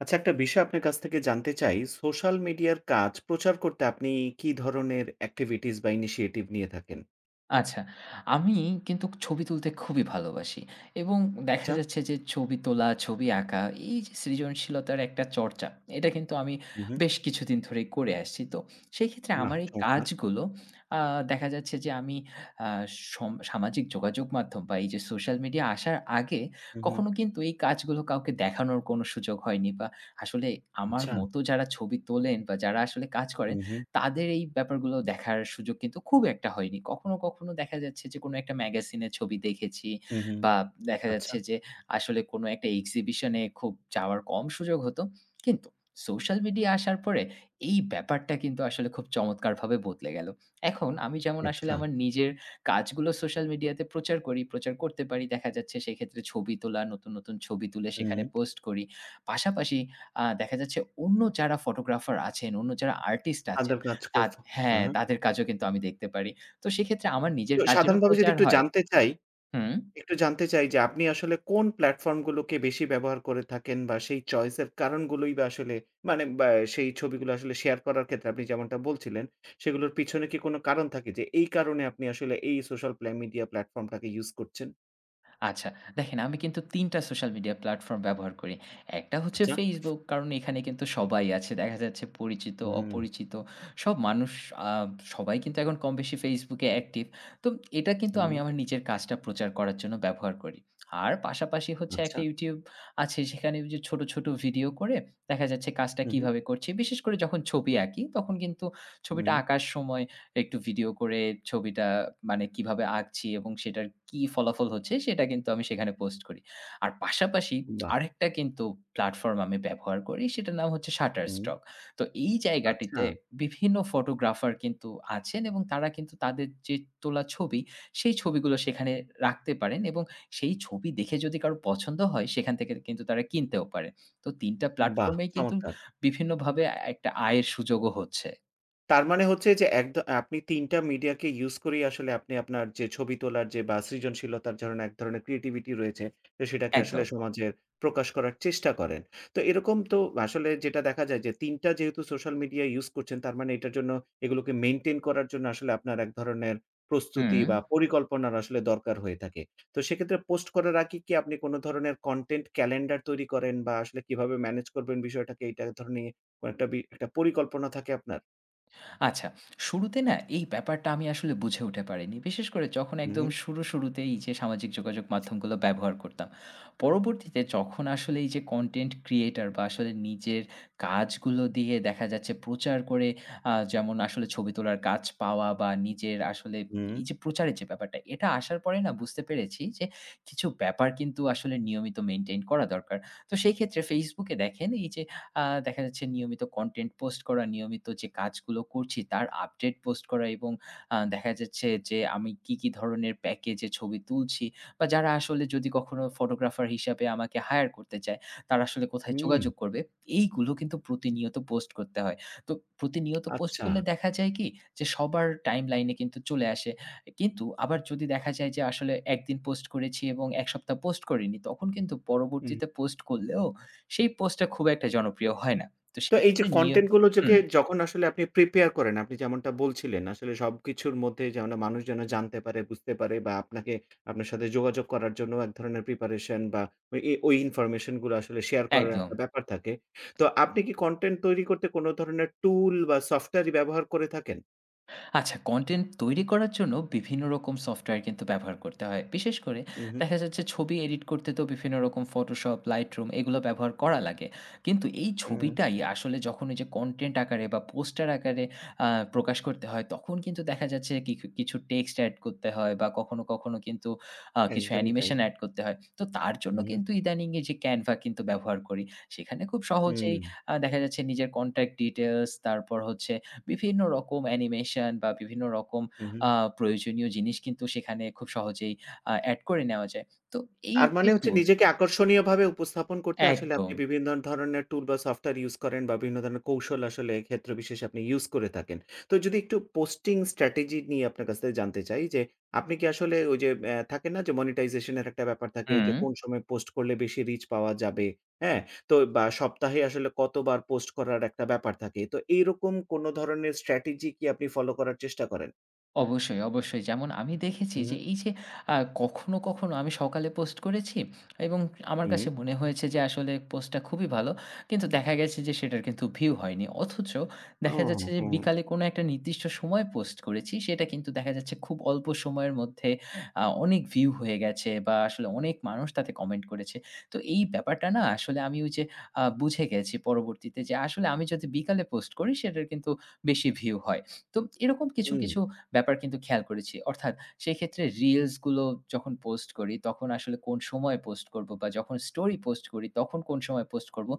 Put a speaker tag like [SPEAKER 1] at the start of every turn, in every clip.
[SPEAKER 1] আচ্ছা, একটা বিষয় আপনার কাছ থেকে জানতে চাই। সোশ্যাল মিডিয়ার কাজ প্রচার করতে আপনি কি ধরনের activities বা initiative নিয়ে থাকেন?
[SPEAKER 2] আচ্ছা। আমি কিন্তু ছবি তুলতে খুবই ভালোবাসি এবং দেখা
[SPEAKER 1] আচ্ছা।
[SPEAKER 2] যাচ্ছে যে ছবি তোলা, ছবি আঁকা, এই যে সৃজনশীলতার একটা চর্চা, এটা কিন্তু আমি
[SPEAKER 1] হুম, হুম।
[SPEAKER 2] বেশ কিছুদিন ধরেই করে আসছি। তো সেই ক্ষেত্রে
[SPEAKER 1] বাহ!
[SPEAKER 2] আমার এই
[SPEAKER 1] চমৎকার।
[SPEAKER 2] কাজগুলো, আ দেখা যাচ্ছে যে আমি আ সামাজিক যোগাযোগ মাধ্যম বা এই যে সোশ্যাল মিডিয়া আসার আগে
[SPEAKER 1] হুম, হুম।
[SPEAKER 2] কখনো কিন্তু এই কাজগুলো কাউকে দেখানোর কোনো সুযোগ হয়নি বা আসলে আমার
[SPEAKER 1] আচ্ছা।
[SPEAKER 2] মতো যারা ছবি তোলেন বা যারা আসলে কাজ করেন
[SPEAKER 1] হুম, হুম।
[SPEAKER 2] তাদের এই ব্যাপারগুলো দেখার সুযোগ কিন্তু খুব একটা হয়নি। কখনো, কখনো দেখা যাচ্ছে যে কোনো একটা ম্যাগাজিনে ছবি দেখেছি
[SPEAKER 1] হুম, হুম।
[SPEAKER 2] বা দেখা
[SPEAKER 1] আচ্ছা,
[SPEAKER 2] যাচ্ছে যে আসলে কোনো একটা এক্সিবিশনে খুব যাওয়ার কম সুযোগ হতো। কিন্তু সোশ্যাল মিডিয়া আসার পরে এই ব্যাপারটা কিন্তু আসলে খুব চমৎকারভাবে বদলে গেল। এখন আমি যেমন আসলে
[SPEAKER 1] আচ্ছা।
[SPEAKER 2] আমার নিজের কাজগুলো সোশ্যাল মিডিয়াতে প্রচার করি, প্রচার করতে পারি। দেখা যাচ্ছে সেক্ষেত্রে ছবি তোলা, নতুন, নতুন ছবি তুলে
[SPEAKER 1] হুম।
[SPEAKER 2] সেখানে পোস্ট করি। পাশাপাশি দেখা যাচ্ছে অন্য যারা ফটোগ্রাফার আছেন, অন্য যারা আর্টিস্ট আছেন,
[SPEAKER 1] আদার
[SPEAKER 2] তা
[SPEAKER 1] কাজকেও ফ
[SPEAKER 2] হ্যাঁ,
[SPEAKER 1] হ্যাঁ, হ্যাঁ।
[SPEAKER 2] তাদের কাজও কিন্তু আমি দেখতে পারি। তো সেক্ষেত্রে আমার নিজের
[SPEAKER 1] তো
[SPEAKER 2] কাজেরও
[SPEAKER 1] সাধারণভাবে যদি
[SPEAKER 2] প্রচার
[SPEAKER 1] একটু
[SPEAKER 2] হয়।
[SPEAKER 1] জানতে চাই
[SPEAKER 2] হুম।
[SPEAKER 1] একটু জানতে চাই যে আপনি আসলে কোন প্ল্যাটফর্ম গুলোকে বেশি ব্যবহার করে থাকেন বা সেই চয়েসের কারণগুলোই বা আসলে মানে বা সেই ছবিগুলো আসলে শেয়ার করার ক্ষেত্রে আপনি যেমনটা বলছিলেন, সেগুলোর পিছনে কি কোনো কারণ থাকে যে এই কারণে আপনি আসলে এই সোশ্যাল মিডিয়া প্ল্যাটফর্মটাকে ইউস করছেন?
[SPEAKER 2] আচ্ছা, দেখেন আমি কিন্তু ৩ টা সোশ্যাল মিডিয়া প্ল্যাটফর্ম ব্যবহার করি। একটা হচ্ছে
[SPEAKER 1] আচ্ছা।
[SPEAKER 2] Facebook, কারণ এখানে কিন্তু সবাই আছে। দেখা যাচ্ছে পরিচিত,
[SPEAKER 1] হুম,
[SPEAKER 2] অপরিচিত সব মানুষ, আ সবাই কিন্তু এখন কম বেশি Facebook এ অ্যাক্টিভ। তো এটা কিন্তু
[SPEAKER 1] হুম,
[SPEAKER 2] আমি আমার নিজের কাজটা প্রচার করার জন্য ব্যবহার করি। আর পাশাপাশি হচ্ছে
[SPEAKER 1] আচ্ছা।
[SPEAKER 2] একটা YouTube আছে, সেখানে ওই যে ছোট, ছোট ভিডিও করে দেখা যাচ্ছে কাজটা
[SPEAKER 1] হু, হু,
[SPEAKER 2] কিভাবে করছি। বিশেষ করে যখন ছবি আঁকি তখন কিন্তু ছবিটা
[SPEAKER 1] হুম,
[SPEAKER 2] আঁকার সময় একটু ভিডিও করে ছবিটা, মানে কিভাবে আঁকছি এবং সেটার কি ফলাফল হচ্ছে সেটা কিন্তু আমি সেখানে পোস্ট করি। আর পাশাপাশি
[SPEAKER 1] বাহ!
[SPEAKER 2] আরেকটা কিন্তু প্ল্যাটফর্ম আমি ব্যবহার করি, সেটার নাম হচ্ছে
[SPEAKER 1] হুম,
[SPEAKER 2] Shutterstock। তো এই
[SPEAKER 1] আচ্ছা,
[SPEAKER 2] জায়গাটিতে বিভিন্ন ফটোগ্রাফার কিন্তু আছেন এবং তারা কিন্তু তাদের যে তোলা ছবি, সেই ছবিগুলো সেখানে রাখতে পারেন, এবং সেই ছবি দেখে যদি কারো পছন্দ হয় সেখান থেকে কিন্তু তারা কিনতেও পারে। তো ৩ টা
[SPEAKER 1] বাহ!
[SPEAKER 2] প্ল্যাটফর্মেই কিন্তু
[SPEAKER 1] চমৎকার।
[SPEAKER 2] বিভিন্নভাবে একটা আয়ের সুযোগও হচ্ছে।
[SPEAKER 1] তার মানে হচ্ছে যে আপনি ৩ টা মিডিয়াকে ইউস করেই আসলে আপনি আপনার যে ছবি তোলার যে বা সৃজনশীলতার ধরেন এক ধরনের ক্রিয়েটিভিটি রয়েছে, তো সেটাকে আসলে
[SPEAKER 2] একদম।
[SPEAKER 1] সমাজের প্রকাশ করার চেষ্টা করেন। তো এরকম তো আসলে যেটা দেখা যায় যে ৩ টা যেহেতু সোশ্যাল মিডিয়া ইউস করছেন তার মানে এটার জন্য এগুলোকে মেইনটেইন করার জন্য আসলে আপনার এক ধরনের
[SPEAKER 2] হুম।
[SPEAKER 1] প্রস্তুতি বা পরিকল্পনার আসলে দরকার হয়ে থাকে। তো সেক্ষেত্রে পোস্ট করার আগে কি আপনি কোনো ধরনের কনটেন্ট ক্যালেন্ডার তৈরি করেন বা আসলে কিভাবে ম্যানেজ করবেন বিষয়টাকে এটা ধর নিয়ে কয়েকটা বি একটা পরিকল্পনা থাকে আপনার?
[SPEAKER 2] আচ্ছা, শুরুতে না এই ব্যাপারটা আমি আসলে বুঝে উঠে পারিনি। বিশেষ করে যখন
[SPEAKER 1] হু,
[SPEAKER 2] একদম
[SPEAKER 1] হু।
[SPEAKER 2] শুরুতেই যে সামাজিক যোগাযোগ মাধ্যমগুলো ব্যবহার করতাম। পরবর্তীতে যখন আসলে এই যে কনটেন্ট ক্রিয়েটর বা আসলে নিজের কাজগুলো দিয়ে দেখা যাচ্ছে প্রচার করে, যেমন আসলে ছবি তোলার কাজ পাওয়া বা নিজের আসলে
[SPEAKER 1] হুম,
[SPEAKER 2] এই যে প্রচারের যে ব্যাপারটা, এটা আসার পরে না বুঝতে পেরেছি যে কিছু ব্যাপার কিন্তু আসলে নিয়মিত মেইনটেইন করা দরকার। তো সেই ক্ষেত্রে Facebook এ দেখেন এই যে দেখা যাচ্ছে নিয়মিত কনটেন্ট পোস্ট করা, নিয়মিত যে কাজগুলো করছি তার আপডেট পোস্ট করা, এবং দেখা যাচ্ছে যে আমি কি, কি ধরনের প্যাকেজে ছবি তুলছি বা যারা আসলে যদি কখনো ফটোগ্রাফার হিসাবে আমাকে হায়ার করতে চায়, তারা আসলে কোথায়
[SPEAKER 1] হুম,
[SPEAKER 2] যোগাযোগ করবে? এইগুলো কিন্তু প্রতিনিয়ত পোস্ট করতে হয়। তো প্রতিনিয়ত পোস্ট
[SPEAKER 1] আচ্ছা।
[SPEAKER 2] করলে দেখা যায় কি যে সবার টাইমলাইনে কিন্তু চলে আসে। কিন্তু আবার যদি দেখা যায় যে আসলে একদিন পোস্ট করেছি এবং ১ সপ্তাহ পোস্ট করিনি, তখন কিন্তু
[SPEAKER 1] হুম।
[SPEAKER 2] পরবর্তীতে পোস্ট করলেও সেই পোস্টটা খুব একটা জনপ্রিয় হয় না। তো
[SPEAKER 1] তো
[SPEAKER 2] সেই
[SPEAKER 1] এই যে
[SPEAKER 2] ক্ষেত্রে
[SPEAKER 1] কনটেন্ট গুলো যোকে
[SPEAKER 2] হুম,
[SPEAKER 1] যখন আসলে আপনি প্রিপেয়ার করেন, আপনি যেমনটা বলছিলেন আসলে সবকিছুর মধ্যে যেন মানুষ যেন জানতে পারে, বুঝতে পারে বা আপনাকে আপনার সাথে যোগাযোগ করার জন্য এক ধরনের প্রিপারেশন বা ওই ইনফরমেশন গুলো আসলে শেয়ার করার
[SPEAKER 2] একদম।
[SPEAKER 1] একটা ব্যাপার থাকে। তো আপনি কি কনটেন্ট তৈরি করতে কোন ধরনের টুল বা সফটওয়্যারই ব্যবহার করে থাকেন?
[SPEAKER 2] আচ্ছা, কনটেন্ট তৈরি করার জন্য বিভিন্ন রকম সফটওয়্যার কিন্তু ব্যবহার করতে হয়। বিশেষ করে
[SPEAKER 1] উহু,
[SPEAKER 2] দেখা যাচ্ছে ছবি এডিট করতে তো বিভিন্ন রকম Photoshop, Lightroom এগুলো ব্যবহার করা লাগে। কিন্তু এই
[SPEAKER 1] হুম, হুম,
[SPEAKER 2] ছবিটাই আসলে যখন ওই যে কনটেন্ট আকারে বা পোস্টার আকারে আ প্রকাশ করতে হয় তখন কিন্তু দেখা যাচ্ছে কি কিছু টেক্সট এড করতে হয় বা কখনো, কখনো কিন্তু কিছু
[SPEAKER 1] একদমই তাই।
[SPEAKER 2] অ্যানিমেশন এড করতে হয়। তো তার জন্য
[SPEAKER 1] উহু,
[SPEAKER 2] কিন্তু ইদানিং এই যে Canva কিন্তু ব্যবহার করি। সেখানে খুব
[SPEAKER 1] হুম,
[SPEAKER 2] সহজেই দেখা যাচ্ছে নিজের কনট্যাক্ট ডিটেইলস, তারপর হচ্ছে বিভিন্ন রকম অ্যানিমেশন বা বিভিন্ন রকম
[SPEAKER 1] উহু।
[SPEAKER 2] আ প্রয়োজনীয় জিনিস কিন্তু সেখানে খুব সহজেই এড করে নেওয়া যায়। তো এই
[SPEAKER 1] তার
[SPEAKER 2] যে
[SPEAKER 1] মানে হচ্ছে
[SPEAKER 2] টুলস,
[SPEAKER 1] নিজেকে আকর্ষণীয়ভাবে উপস্থাপন করতে আসলে
[SPEAKER 2] একদম।
[SPEAKER 1] আপনি বিভিন্ন ধরনের টুল বা সফটওয়্যার ইউজ করেন বা বিভিন্ন ধরনের কৌশল আসলে ক্ষেত্র বিশেষে আপনি ইউজ করে থাকেন। তো যদি একটু পোস্টিং স্ট্র্যাটেজি নিয়ে আপনার কাছ থেকে জানতে চাই যে, আপনি কি আসলে ওই যে থাকে না যে মনিটাইজেশন এর একটা ব্যাপার থাকে
[SPEAKER 2] হুম।
[SPEAKER 1] যে কোন সময় পোস্ট করলে বেশি রিচ পাওয়া যাবে, হ্যাঁ? তো বা সপ্তাহে আসলে কতবার পোস্ট করার একটা ব্যাপার থাকে। তো এইরকম কোন ধরনের স্ট্র্যাটেজি কি আপনি ফলো করার চেষ্টা করেন?
[SPEAKER 2] অবশ্যই, অবশ্যই। যেমন আমি দেখেছি
[SPEAKER 1] হুম,
[SPEAKER 2] যে এই যে আ কখনো, কখনো আমি সকালে পোস্ট করেছি এবং আমার
[SPEAKER 1] হুম।
[SPEAKER 2] কাছে মনে হয়েছে যে আসলে পোস্টটা খুবই ভালো। কিন্তু দেখা গেছে যে সেটার কিন্তু ভিউ হয়নি। অথচ
[SPEAKER 1] ও
[SPEAKER 2] দেখা যাচ্ছে যে
[SPEAKER 1] হ্যাঁ,
[SPEAKER 2] বিকালে কোনো একটা নির্দিষ্ট সময় পোস্ট করেছি। সেটা কিন্তু দেখা যাচ্ছে খুব অল্প সময়ের মধ্যে অনেক ভিউ হয়ে গেছে বা আসলে অনেক মানুষ তাতে কমেন্ট করেছে। তো এই ব্যাপারটা না আসলে আমি ওই যে বুঝে গেছি পরবর্তীতে যে আসলে আমি যদি বিকালে পোস্ট করি সেটার কিন্তু বেশি ভিউ হয়। তো এরকম কিছু,
[SPEAKER 1] হুম,
[SPEAKER 2] কিছু ব্যাপার কিন্তু খেয়াল করেছি। অর্থাৎ সেই ক্ষেত্রে রিলস গুলো যখন পোস্ট করি, তখন আসলে কোন সময়ে পোস্ট করব বা যখন স্টোরি পোস্ট করি, তখন কোন সময় পোস্ট করব।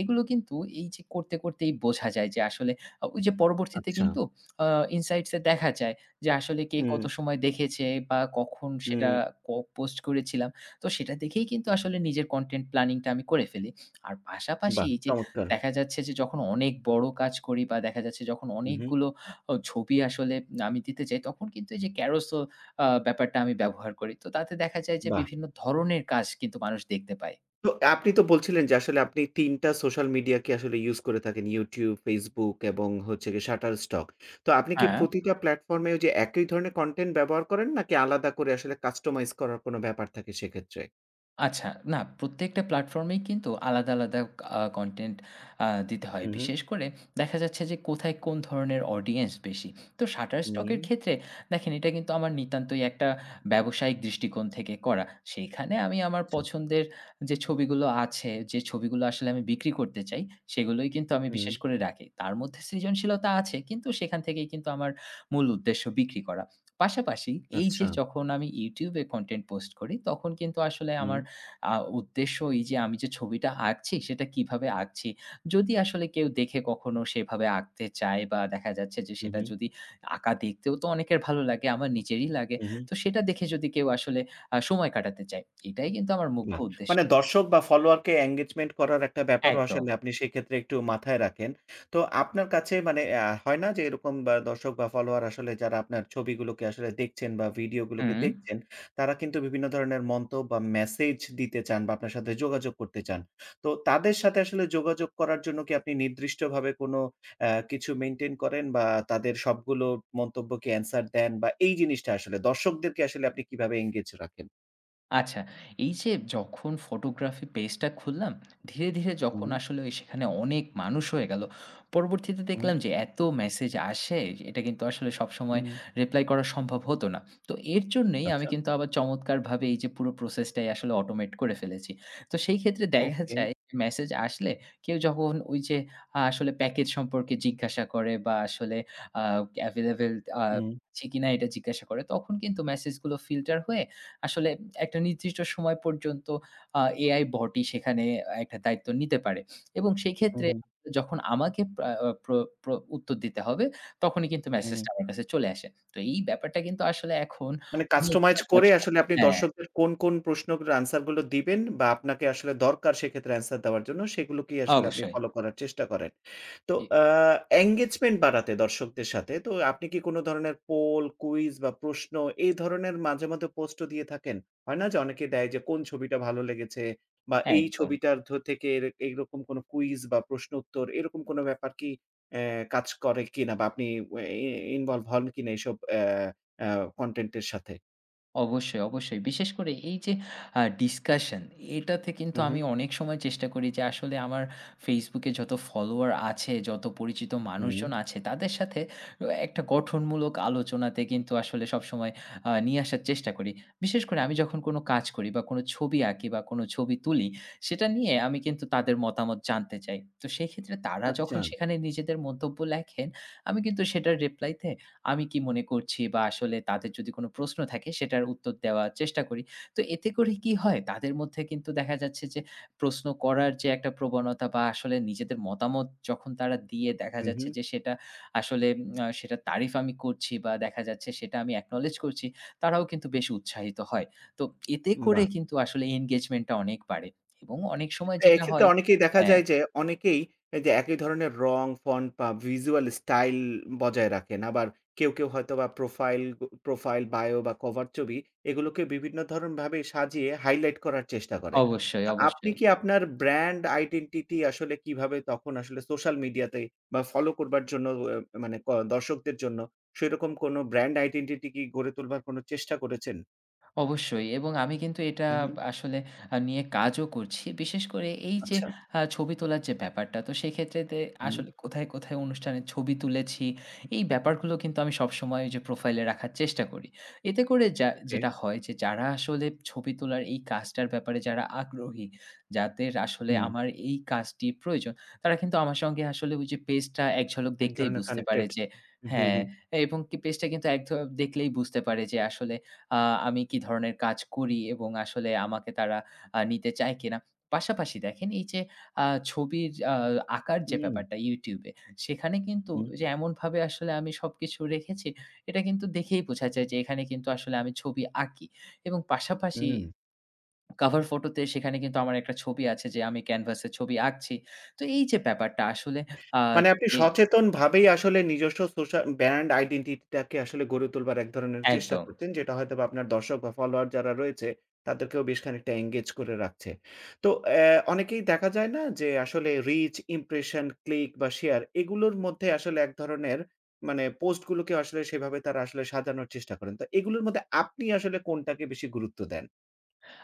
[SPEAKER 2] এগুলো কিন্তু এই যে করতেই বোঝা যায় যে আসলে ওই যে পরবর্তীতে
[SPEAKER 1] আচ্ছা।
[SPEAKER 2] কিন্তু আ ইনসাইটস এ দেখা যায় যে আসলে কে কত
[SPEAKER 1] হুম,
[SPEAKER 2] সময় দেখেছে বা কখন সেটা
[SPEAKER 1] হুম।
[SPEAKER 2] ক পোস্ট করেছিলাম। তো সেটা দেখেই কিন্তু আসলে নিজের কনটেন্ট প্ল্যানিং টা আমি করে ফেলি। আর পাশাপাশি
[SPEAKER 1] বাহ!
[SPEAKER 2] এই যে
[SPEAKER 1] চমৎকার।
[SPEAKER 2] দেখা যাচ্ছে যে যখন অনেক বড় কাজ করি বা দেখা যাচ্ছে যখন
[SPEAKER 1] হু, হু।
[SPEAKER 2] অনেকগুলো ছবি আসলে আমি দিতে চাই, তখন কিন্তু এই যে Carousel ব্যাপারটা আমি ব্যবহার করি। তো তাতে দেখা যায় যে
[SPEAKER 1] বাহ!
[SPEAKER 2] বিভিন্ন ধরনের কাজ কিন্তু মানুষ দেখতে পায়।
[SPEAKER 1] তো আপনি তো বলছিলেন যে আসলে আপনি ৩ টা সোশ্যাল মিডিয়াকে আসলে ইউস করে থাকেন। YouTube, Facebook এবং হচ্ছে গিয়ে Shutterstock। তো আপনি কি
[SPEAKER 2] হ্যাঁ।
[SPEAKER 1] প্রতিটা প্ল্যাটফর্মে ওই যে একই ধরনের কনটেন্ট ব্যবহার করেন নাকি আলাদা করে আসলে কাস্টমাইজ করার কোনো ব্যাপার থাকে সেক্ষেত্রে?
[SPEAKER 2] আচ্ছা, না প্রত্যেকটা প্ল্যাটফর্মেই কিন্তু আলাদা, আলাদা কনটেন্ট দিতে হয়।
[SPEAKER 1] হু, হু।
[SPEAKER 2] বিশেষ করে দেখা যাচ্ছে যে কোথায় কোন ধরনের অডিয়েন্স বেশি। তো Shutterstock
[SPEAKER 1] হুম।
[SPEAKER 2] এর ক্ষেত্রে দেখেন এটা কিন্তু আমার নিতান্তই একটা ব্যবসায়িক দৃষ্টিকোণ থেকে করা। সেইখানে আমি আমার
[SPEAKER 1] আচ্ছা।
[SPEAKER 2] পছন্দের যে ছবিগুলো আছে, যে ছবিগুলো আসলে আমি বিক্রি করতে চাই, সেগুলোই কিন্তু আমি
[SPEAKER 1] হুম।
[SPEAKER 2] বিশেষ করে রাখি। তার মধ্যে সৃজনশীলতা আছে, কিন্তু সেখান থেকেই কিন্তু আমার মূল উদ্দেশ্য বিক্রি করা। পাশাপাশি এই
[SPEAKER 1] আচ্ছা।
[SPEAKER 2] যে যখন আমি YouTube এ কনটেন্ট পোস্ট করি তখন কিন্তু আসলে আমার
[SPEAKER 1] হুম।
[SPEAKER 2] আ উদ্দেশ্য এই যে আমি যে ছবিটা আঁকছি সেটা কিভাবে আঁকছি। যদি আসলে কেউ দেখে কখনো সেভাবে আঁকতে চায় বা দেখা যাচ্ছে যে
[SPEAKER 1] হু,
[SPEAKER 2] সেটা
[SPEAKER 1] হু,
[SPEAKER 2] যদি, আঁকা দেখতেও তো অনেকের ভালো লাগে, আমার নিজেরই লাগে।
[SPEAKER 1] হু, হু।
[SPEAKER 2] তো সেটা দেখে যদি কেউ আসলে সময় কাটাতে চায়, এটাই কিন্তু আমার মুখ্য
[SPEAKER 1] না।
[SPEAKER 2] উদ্দেশ্য।
[SPEAKER 1] মানে দর্শক বা ফলোয়ারকে engagement করার একটা ব্যাপারও
[SPEAKER 2] একদম।
[SPEAKER 1] আসলে আপনি সেক্ষেত্রে একটু মাথায় রাখেন। তো আপনার কাছে মানে হয় না যে এরকম বা দর্শক বা ফলোয়ার আসলে যারা আপনার ছবিগুলোকে আসলে দেখছেন বা ভিডিওগুলোকে
[SPEAKER 2] হুম।
[SPEAKER 1] দেখছেন, তারা কিন্তু বিভিন্ন ধরনের মন্তব্য বা মেসেজ দিতে চান বা আপনার সাথে যোগাযোগ করতে চান। তো তাদের সাথে আসলে যোগাযোগ করার জন্য কি আপনি নির্দিষ্টভাবে কোনো কিছু মেইনটেইন করেন বা তাদের সবগুলো মন্তব্যকে answer দেন বা এই জিনিসটা আসলে দর্শকদেরকে আসলে আপনি কিভাবে engage রাখেন?
[SPEAKER 2] আচ্ছা, এই যে যখন ফটোগ্রাফি পেজটা খুললাম, ধীরে, ধীরে যখন
[SPEAKER 1] হুম,
[SPEAKER 2] আসলে ওই সেখানে অনেক মানুষ হয়ে গেল, পরবর্তীতে
[SPEAKER 1] হুম,
[SPEAKER 2] দেখলাম যে এত মেসেজ আসে, এটা কিন্তু আসলে সবসময়
[SPEAKER 1] হুম।
[SPEAKER 2] রিপ্লাই করা সম্ভব হতো না। তো এর জন্যই আমি
[SPEAKER 1] আচ্ছা।
[SPEAKER 2] কিন্তু আবার চমৎকারভাবে এই যে পুরো প্রসেসটাই আসলে অটোমেট করে ফেলেছি। তো সেই ক্ষেত্রে দেখা
[SPEAKER 1] ওকে।
[SPEAKER 2] যায় মেসেজ আসলে কেউ যখন ওই যে আসলে প্যাকেজ সম্পর্কে জিজ্ঞাসা করে বা আসলে আ available আ
[SPEAKER 1] হুম।
[SPEAKER 2] আছে কিনা এটা জিজ্ঞাসা করে, তখন কিন্তু মেসেজগুলো ফিল্টার হয়ে আসলে একটা নির্দিষ্ট সময় পর্যন্ত আ এআই বটই সেখানে একটা দায়িত্ব নিতে পারে এবং সেই
[SPEAKER 1] হু,
[SPEAKER 2] ক্ষেত্রে
[SPEAKER 1] হু,
[SPEAKER 2] যখন আমাকে প্রা আ প্র প্র উত্তর দিতে হবে, তখনই কিন্তু
[SPEAKER 1] হু।
[SPEAKER 2] মেসেজটা আমার কাছে চলে আসে। তো এই ব্যাপারটা কিন্তু আসলে এখন
[SPEAKER 1] মানে
[SPEAKER 2] অনেক
[SPEAKER 1] কাস্টমাইজ করে
[SPEAKER 2] ব্যবসা,
[SPEAKER 1] আসলে আপনি
[SPEAKER 2] হ্যাঁ,
[SPEAKER 1] দর্শকদের কোন প্রশ্নের আনসার গুলো দিবেন বা আপনাকে আসলে দরকার সেক্ষেত্রে আনসার দেওয়ার জন্য সেগুলোকেই আসলে আপনি
[SPEAKER 2] অবশ্যই।
[SPEAKER 1] ফলো করার চেষ্টা করেন। তো
[SPEAKER 2] এ
[SPEAKER 1] আ এনগেজমেন্ট বাড়াতে দর্শকদের সাথে তো আপনি কি কোন ধরনের পোল, কুইজ বা প্রশ্ন এই ধরনের মাঝে, মাঝে পোস্টও দিয়ে থাকেন? হয় না যে অনেকে দেয় যে কোন ছবিটা ভালো লেগেছে বা
[SPEAKER 2] হ্যাঁ,
[SPEAKER 1] এই
[SPEAKER 2] একদম।
[SPEAKER 1] ছবিটার ধ থেকে এর এইরকম কোন কুইজ বা প্রশ্ন উত্তর এরকম কোন ব্যাপার কি কাজ করে কিনা বা আপনি ওয়ে ই ইনভলভ হন কিনা এইসব অ্যা আ কনটেন্ট এর সাথে।
[SPEAKER 2] অবশ্যই, অবশ্যই। বিশেষ করে এই যে ডিসকাশন, এটাতে কিন্তু
[SPEAKER 1] হু, হু।
[SPEAKER 2] আমি অনেক সময় চেষ্টা করি যে আসলে আমার Facebook এ যত ফলোয়ার আছে, যত পরিচিত
[SPEAKER 1] হুম,
[SPEAKER 2] মানুষজন আছে তাদের সাথে একটা গঠনমূলক আলোচনাতে কিন্তু আসলে সবসময় নিয়ে আসার চেষ্টা করি। বিশেষ করে আমি যখন কোনো কাজ করি বা কোনো ছবি আঁকি বা কোনো ছবি তুলি সেটা নিয়ে আমি কিন্তু তাদের মতামত জানতে চাই। তো সেক্ষেত্রে তারা যখন
[SPEAKER 1] আচ্ছা।
[SPEAKER 2] সেখানে নিজেদের মন্তব্য লেখেন, আমি কিন্তু সেটার রিপ্লাইতে আমি কি মনে করছি বা আসলে তাদের যদি কোনো প্রশ্ন থাকে সেটার উত্তর দেওয়ার চেষ্টা করি। তো এতে করে কি হয়? তাদের মধ্যে কিন্তু দেখা যাচ্ছে যে প্রশ্ন করার যে একটা প্রবণতা বা আসলে নিজেদের মতামত যখন তারা দিয়ে দেখা
[SPEAKER 1] হুম,
[SPEAKER 2] যাচ্ছে
[SPEAKER 1] হুম,
[SPEAKER 2] যে সেটা আসলে, সেটার তারিফ আমি করছি বা দেখা যাচ্ছে সেটা আমি acknowledge করছি, তারাও কিন্তু বেশ উৎসাহিত হয়। তো এতে করে
[SPEAKER 1] বাহ!
[SPEAKER 2] কিন্তু আসলে engagement টা অনেক বাড়ে এবং অনেক সময়
[SPEAKER 1] তো
[SPEAKER 2] যেটা
[SPEAKER 1] এক্ষেত্রে
[SPEAKER 2] হয়,
[SPEAKER 1] অনেকেই দেখা
[SPEAKER 2] হ্যাঁ,
[SPEAKER 1] যায় যে অনেকেই এই যে একই ধরনের রং, ফন্ট বা ভিজুয়াল স্টাইল বজায় রাখেন। আবার কেউ, কেউ হয়তোবা প্রোফাইল প্রোফাইল, বায়ো বা কভার ছবি এগুলোকে বিভিন্ন ধরনভাবে সাজিয়ে হাইলাইট করার চেষ্টা করে।
[SPEAKER 2] অবশ্যই,
[SPEAKER 1] তো আপনি
[SPEAKER 2] অবশ্যই।
[SPEAKER 1] কি আপনার ব্র্যান্ড আইডেন্টিটি আসলে কিভাবে তখন আসলে সোশ্যাল মিডিয়াতে বা ফলো করবার জন্য অ মানে ক দর্শকদের জন্য সেরকম কোনো ব্র্যান্ড আইডেন্টিটি কি গড়ে তোলবার কোনো চেষ্টা করেছেন?
[SPEAKER 2] অবশ্যই, এবং আমি কিন্তু এটা
[SPEAKER 1] হু, হু।
[SPEAKER 2] আসলে নিয়ে কাজও করছি। বিশেষ করে এই যে
[SPEAKER 1] আচ্ছা।
[SPEAKER 2] ছবি তোলার যে ব্যাপারটা, তো সেক্ষেত্রে
[SPEAKER 1] হুম,
[SPEAKER 2] আসলে কোথায়, কোথায় অনুষ্ঠানের ছবি তুলেছি, এই ব্যাপারগুলো কিন্তু আমি সবসময় ওই যে প্রোফাইলে রাখার চেষ্টা করি। এতে করে যা
[SPEAKER 1] ওকে।
[SPEAKER 2] যেটা হয় যে যারা আসলে ছবি তোলার এই কাজটার ব্যাপারে যারা আগ্রহী, যাদের আসলে
[SPEAKER 1] হুম।
[SPEAKER 2] আমার এই কাজটি প্রয়োজন, তারা কিন্তু আমার সঙ্গে আসলে ওই যে পেজটা এক ঝলক
[SPEAKER 1] এক
[SPEAKER 2] দেখলেই
[SPEAKER 1] ধরনের
[SPEAKER 2] বুঝতে পারে
[SPEAKER 1] কানেক্টেড।
[SPEAKER 2] যে,
[SPEAKER 1] হুম,
[SPEAKER 2] হ্যাঁ,
[SPEAKER 1] হুম,
[SPEAKER 2] এবং কি পেজটা কিন্তু এক ধ দেখলেই বুঝতে পারে যে আসলে আ আমি কি ধরনের কাজ করি এবং আসলে আমাকে তারা নিতে চায় কিনা। পাশাপাশি দেখেন এই যে আ ছবির আঁকার যে
[SPEAKER 1] হুম,
[SPEAKER 2] ব্যাপারটা YouTube এ, সেখানে কিন্তু
[SPEAKER 1] হুম,
[SPEAKER 2] যে এমনভাবে আসলে আমি সবকিছু রেখেছি এটা কিন্তু দেখেই বোঝা যায় যে এখানে কিন্তু আসলে আমি ছবি আঁকি, এবং পাশাপাশি
[SPEAKER 1] হুম।
[SPEAKER 2] কভার ফটোতে সেখানে কিন্তু আমার একটা ছবি আছে যে আমি ক্যানভাসে ছবি আঁকছি। তো এই যে ব্যাপারটা আসলে, আ
[SPEAKER 1] মানে আপনি
[SPEAKER 2] এ
[SPEAKER 1] সচেতনভাবেই আসলে নিজস্ব ব্র্যান্ড আইডেন্টিটি টাকে আসলে গড়ে তোলবার এক ধরনের চেষ্টা
[SPEAKER 2] একদম।
[SPEAKER 1] করতেন, যেটা হয়তোবা আপনার দর্শক বা ফলোয়ার যারা রয়েছে, তাদেরকেও বেশ খানিকটা এনগেজ করে রাখছে। তো অনেকেই দেখা যায় না যে আসলে রিচ, ইমপ্রেশন, ক্লিক বা শেয়ার এগুলোর মধ্যে আসলে এক ধরনের মানে পোস্ট গুলোকে আসলে সেভাবে তারা আসলে সাজানোর চেষ্টা করেন। তো এগুলোর মধ্যে আপনি আসলে কোনটাকে বেশি গুরুত্ব দেন?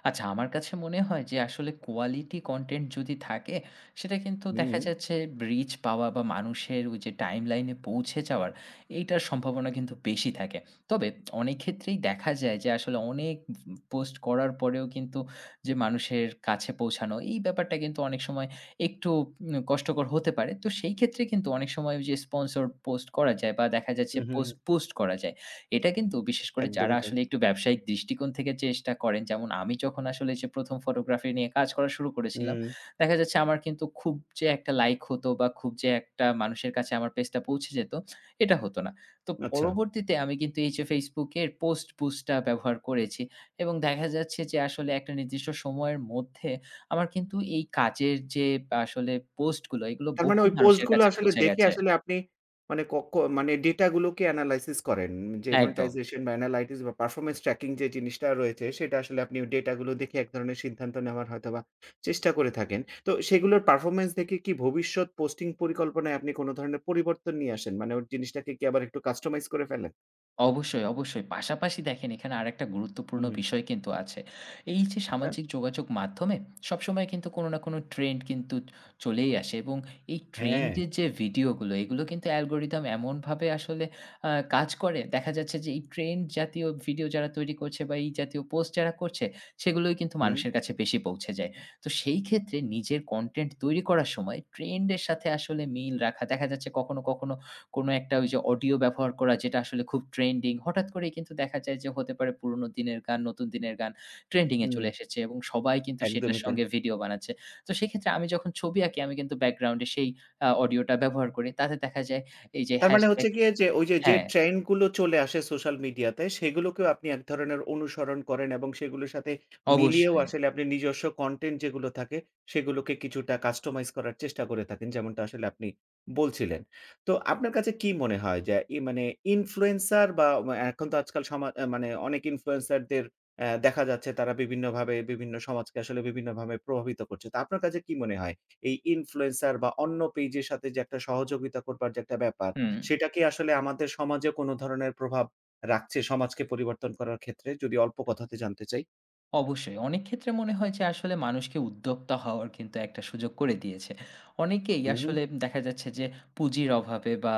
[SPEAKER 2] আচ্ছা, আমার কাছে মনে হয় যে আসলে কোয়ালিটি কনটেন্ট যদি থাকে, সেটা কিন্তু
[SPEAKER 1] হুম,
[SPEAKER 2] দেখা যাচ্ছে রিচ পাওয়া বা মানুষের ওই যে টাইমলাইনে পৌঁছে যাওয়ার, এইটার সম্ভাবনা কিন্তু বেশি থাকে। তবে অনেক ক্ষেত্রেই দেখা যায় যে আসলে অনেক পোস্ট করার পরেও কিন্তু যে মানুষের কাছে পৌঁছানো, এই ব্যাপারটা কিন্তু অনেক সময় একটু কষ্টকর হতে পারে। তো সেই ক্ষেত্রে কিন্তু অনেক সময় ওই যে স্পন্সরড পোস্ট করা যায় বা দেখা যাচ্ছে
[SPEAKER 1] হু, হু,
[SPEAKER 2] পোস্ট করা যায়। এটা কিন্তু বিশেষ করে যারা
[SPEAKER 1] একদমই তাই।
[SPEAKER 2] আসলে একটু ব্যবসায়িক দৃষ্টিকোণ থেকে চেষ্টা করেন, যেমন আমি যখন আসলে যে ১ম ফটোগ্রাফি নিয়ে কাজ করা শুরু করেছিলাম,
[SPEAKER 1] হুম,
[SPEAKER 2] দেখা যাচ্ছে আমার কিন্তু খুব যে একটা লাইক হতো বা খুব যে একটা মানুষের কাছে আমার পেজটা পৌঁছে যেত, এটা হতো না। তো
[SPEAKER 1] আচ্ছা।
[SPEAKER 2] পরবর্তীতে আমি কিন্তু এই যে Facebook এর পোস্ট বুস্টটা ব্যবহার করেছি এবং দেখা যাচ্ছে যে আসলে একটা নির্দিষ্ট সময়ের মধ্যে আমার কিন্তু এই কাজের যে আসলে পোস্টগুলো, এগুলো
[SPEAKER 1] তার মানে
[SPEAKER 2] বহু
[SPEAKER 1] ওই পোস্ট
[SPEAKER 2] মানুষের
[SPEAKER 1] গুলো
[SPEAKER 2] কাছে
[SPEAKER 1] আসলে
[SPEAKER 2] পৌঁছে
[SPEAKER 1] দেখে
[SPEAKER 2] গেছে।
[SPEAKER 1] আসলে আপনি মানে ক ক মানে ডেটা গুলোকে এনালাইসিস করেন। যে
[SPEAKER 2] একদম।
[SPEAKER 1] মনিটাইজেশন বা এনালাইটিস বা পারফরম্যান্স ট্র্যাকিং যে জিনিসটা রয়েছে সেটা আসলে আপনি ডেটা গুলো দেখে এক ধরনের সিদ্ধান্ত নেওয়ার হয়তোবা চেষ্টা করে থাকেন। তো সেগুলোর পারফরম্যান্স দেখে কি ভবিষ্যৎ পোস্টিং পরিকল্পনায় আপনি কোন ধরনের পরিবর্তন নিয়ে আসেন? মানে ওই জিনিসটাকে কি আবার একটু কাস্টমাইজ করে ফেলেন?
[SPEAKER 2] অবশ্যই, অবশ্যই। পাশাপাশি দেখেন এখানে আরেকটা গুরুত্বপূর্ণ
[SPEAKER 1] হুম,
[SPEAKER 2] বিষয় কিন্তু আছে। এই যে
[SPEAKER 1] আচ্ছা।
[SPEAKER 2] সামাজিক যোগাযোগ মাধ্যমে সবসময় কিন্তু কোনো না কোনো ট্রেন্ড কিন্তু চলেই আসে, এবং এই
[SPEAKER 1] হ্যাঁ,
[SPEAKER 2] ট্রেন্ড এর যে ভিডিওগুলো এগুলো কিন্তু অ্যালগরিদম এমনভাবে আসলে আ কাজ করে। দেখা যাচ্ছে যে এই ট্রেন্ড জাতীয় ভিডিও যারা তৈরি করছে বা এই জাতীয় পোস্ট যারা করছে, সেগুলোই কিন্তু
[SPEAKER 1] হুম,
[SPEAKER 2] মানুষের কাছে বেশি পৌঁছে যায়। তো সেই ক্ষেত্রে নিজের কনটেন্ট তৈরি করার সময় ট্রেন্ড এর সাথে আসলে মিল রাখা, দেখা যাচ্ছে কখনো, কখনো কোনো একটা ওই যে অডিও ব্যবহার করা যেটা আসলে খুব ট্রেন্ডিং। হঠাৎ করেই কিন্তু দেখা যায় যে হতে পারে পুরনো দিনের গান, নতুন দিনের গান ট্রেন্ডিং এ চলে
[SPEAKER 1] হুম,
[SPEAKER 2] এসেছে এবং সবাই কিন্তু সেটার
[SPEAKER 1] একদমই তাই।
[SPEAKER 2] সঙ্গে ভিডিও বানাচ্ছে। তো সেক্ষেত্রে আমি যখন ছবি আঁকি আমি কিন্তু ব্যাকগ্রাউন্ড এ সেই অডিওটা ব্যবহার করি। তাতে দেখা যায় এই যে
[SPEAKER 1] তার মানে
[SPEAKER 2] হ্যাশট্যাগ,
[SPEAKER 1] হচ্ছে গিয়ে যে
[SPEAKER 2] হ্যাঁ,
[SPEAKER 1] ট্রেন্ড গুলো চলে আসে সোশ্যাল মিডিয়াতে সেগুলোকেও আপনি এক ধরনের অনুসরণ করেন এবং সেগুলোর সাথে মিলিয়েও
[SPEAKER 2] অবশ্যই।
[SPEAKER 1] আসলে আপনি নিজস্ব কনটেন্ট যেগুলো থাকে সেগুলোকে কিছুটা কাস্টমাইজ করার চেষ্টা করে থাকেন। যেমনটা আসলে আপনি বলছিলেন। তো আপনার কাছে কি মনে হয় যে ই মানে ইনফ্লুয়েন্সার বা এখন তো আজকাল সমা আ মানে অনেক ইনফ্লুয়েন্সারদের দেখা যাচ্ছে তারা বিভিন্নভাবে বিভিন্ন সমাজকে আসলে বিভিন্নভাবে প্রভাবিত করছে। তো আপনার কাছে কি মনে হয় এই ইনফ্লুয়েন্সার বা অন্য পেইজের সাথে যে একটা সহযোগিতা করবার যে একটা ব্যাপার
[SPEAKER 2] হুম।
[SPEAKER 1] সেটা কি আসলে আমাদের সমাজে কোন ধরনের প্রভাব রাখছে সমাজকে পরিবর্তন করার ক্ষেত্রে? যদি অল্প কথাতে জানতে চাই।
[SPEAKER 2] অবশ্যই। অনেক ক্ষেত্রে মনে হয় যে আসলে মানুষকে উদ্যোক্তা হওয়ার কিন্তু একটা সুযোগ করে দিয়েছে। অনেকেই
[SPEAKER 1] হু, হু।
[SPEAKER 2] আসলে দেখা যাচ্ছে যে পুঁজির অভাবে বা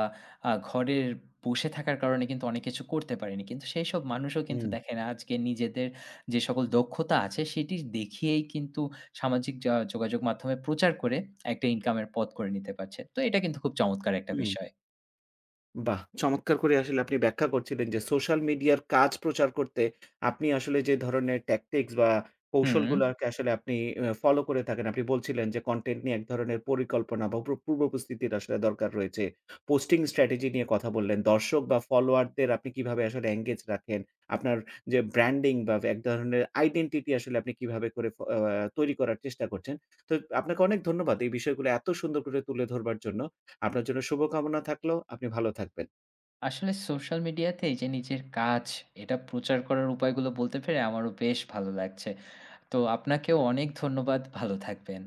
[SPEAKER 2] ঘরের বসে থাকার কারণে কিন্তু অনেক কিছু করতে পারেনি। কিন্তু সেইসব মানুষও কিন্তু
[SPEAKER 1] হুম,
[SPEAKER 2] দেখেন আজকে নিজেদের যে সকল দক্ষতা আছে সেটি দেখিয়েই কিন্তু সামাজিক যোগাযোগ মাধ্যমে প্রচার করে একটা ইনকামের পথ করে নিতে পারছে। তো এটা কিন্তু খুব চমৎকার একটা
[SPEAKER 1] হুম।
[SPEAKER 2] বিষয়।
[SPEAKER 1] বাহ! চমৎকার করে আসলে আপনি ব্যাখ্যা করছিলেন যে সোশ্যাল মিডিয়ার কাজ প্রচার করতে আপনি আসলে যে ধরনের ট্যাকটিক্স বা
[SPEAKER 2] হুম।
[SPEAKER 1] কৌশলগুলোকে আসলে আপনি ফলো করে থাকেন। আপনি বলছিলেন যে কনটেন্ট নিয়ে এক ধরনের পরিকল্পনা বা পূর্ব প্রস্তুতির আসলে দরকার রয়েছে। পোস্টিং স্ট্র্যাটেজি নিয়ে কথা বললেন। দর্শক বা ফলোয়ারদের আপনি কিভাবে আসলে এনগেজ রাখেন। আপনার যে ব্র্যান্ডিং বা এক ধরনের আইডেন্টিটি আসলে আপনি কিভাবে করে ফ আ তৈরি করার চেষ্টা করছেন। তো আপনাকে অনেক ধন্যবাদ এই বিষয়গুলো এত সুন্দর করে তুলে ধরবার জন্য। আপনার জন্য শুভকামনা থাকলো। আপনি ভালো থাকবেন।
[SPEAKER 2] আসলে সোশ্যাল মিডিয়াতে এই যে নিজের কাজ, এটা প্রচার করার উপায়গুলো বলতে পেরে আমারও বেশ ভালো লাগছে। তো আপনাকেও অনেক ধন্যবাদ। ভালো থাকবেন।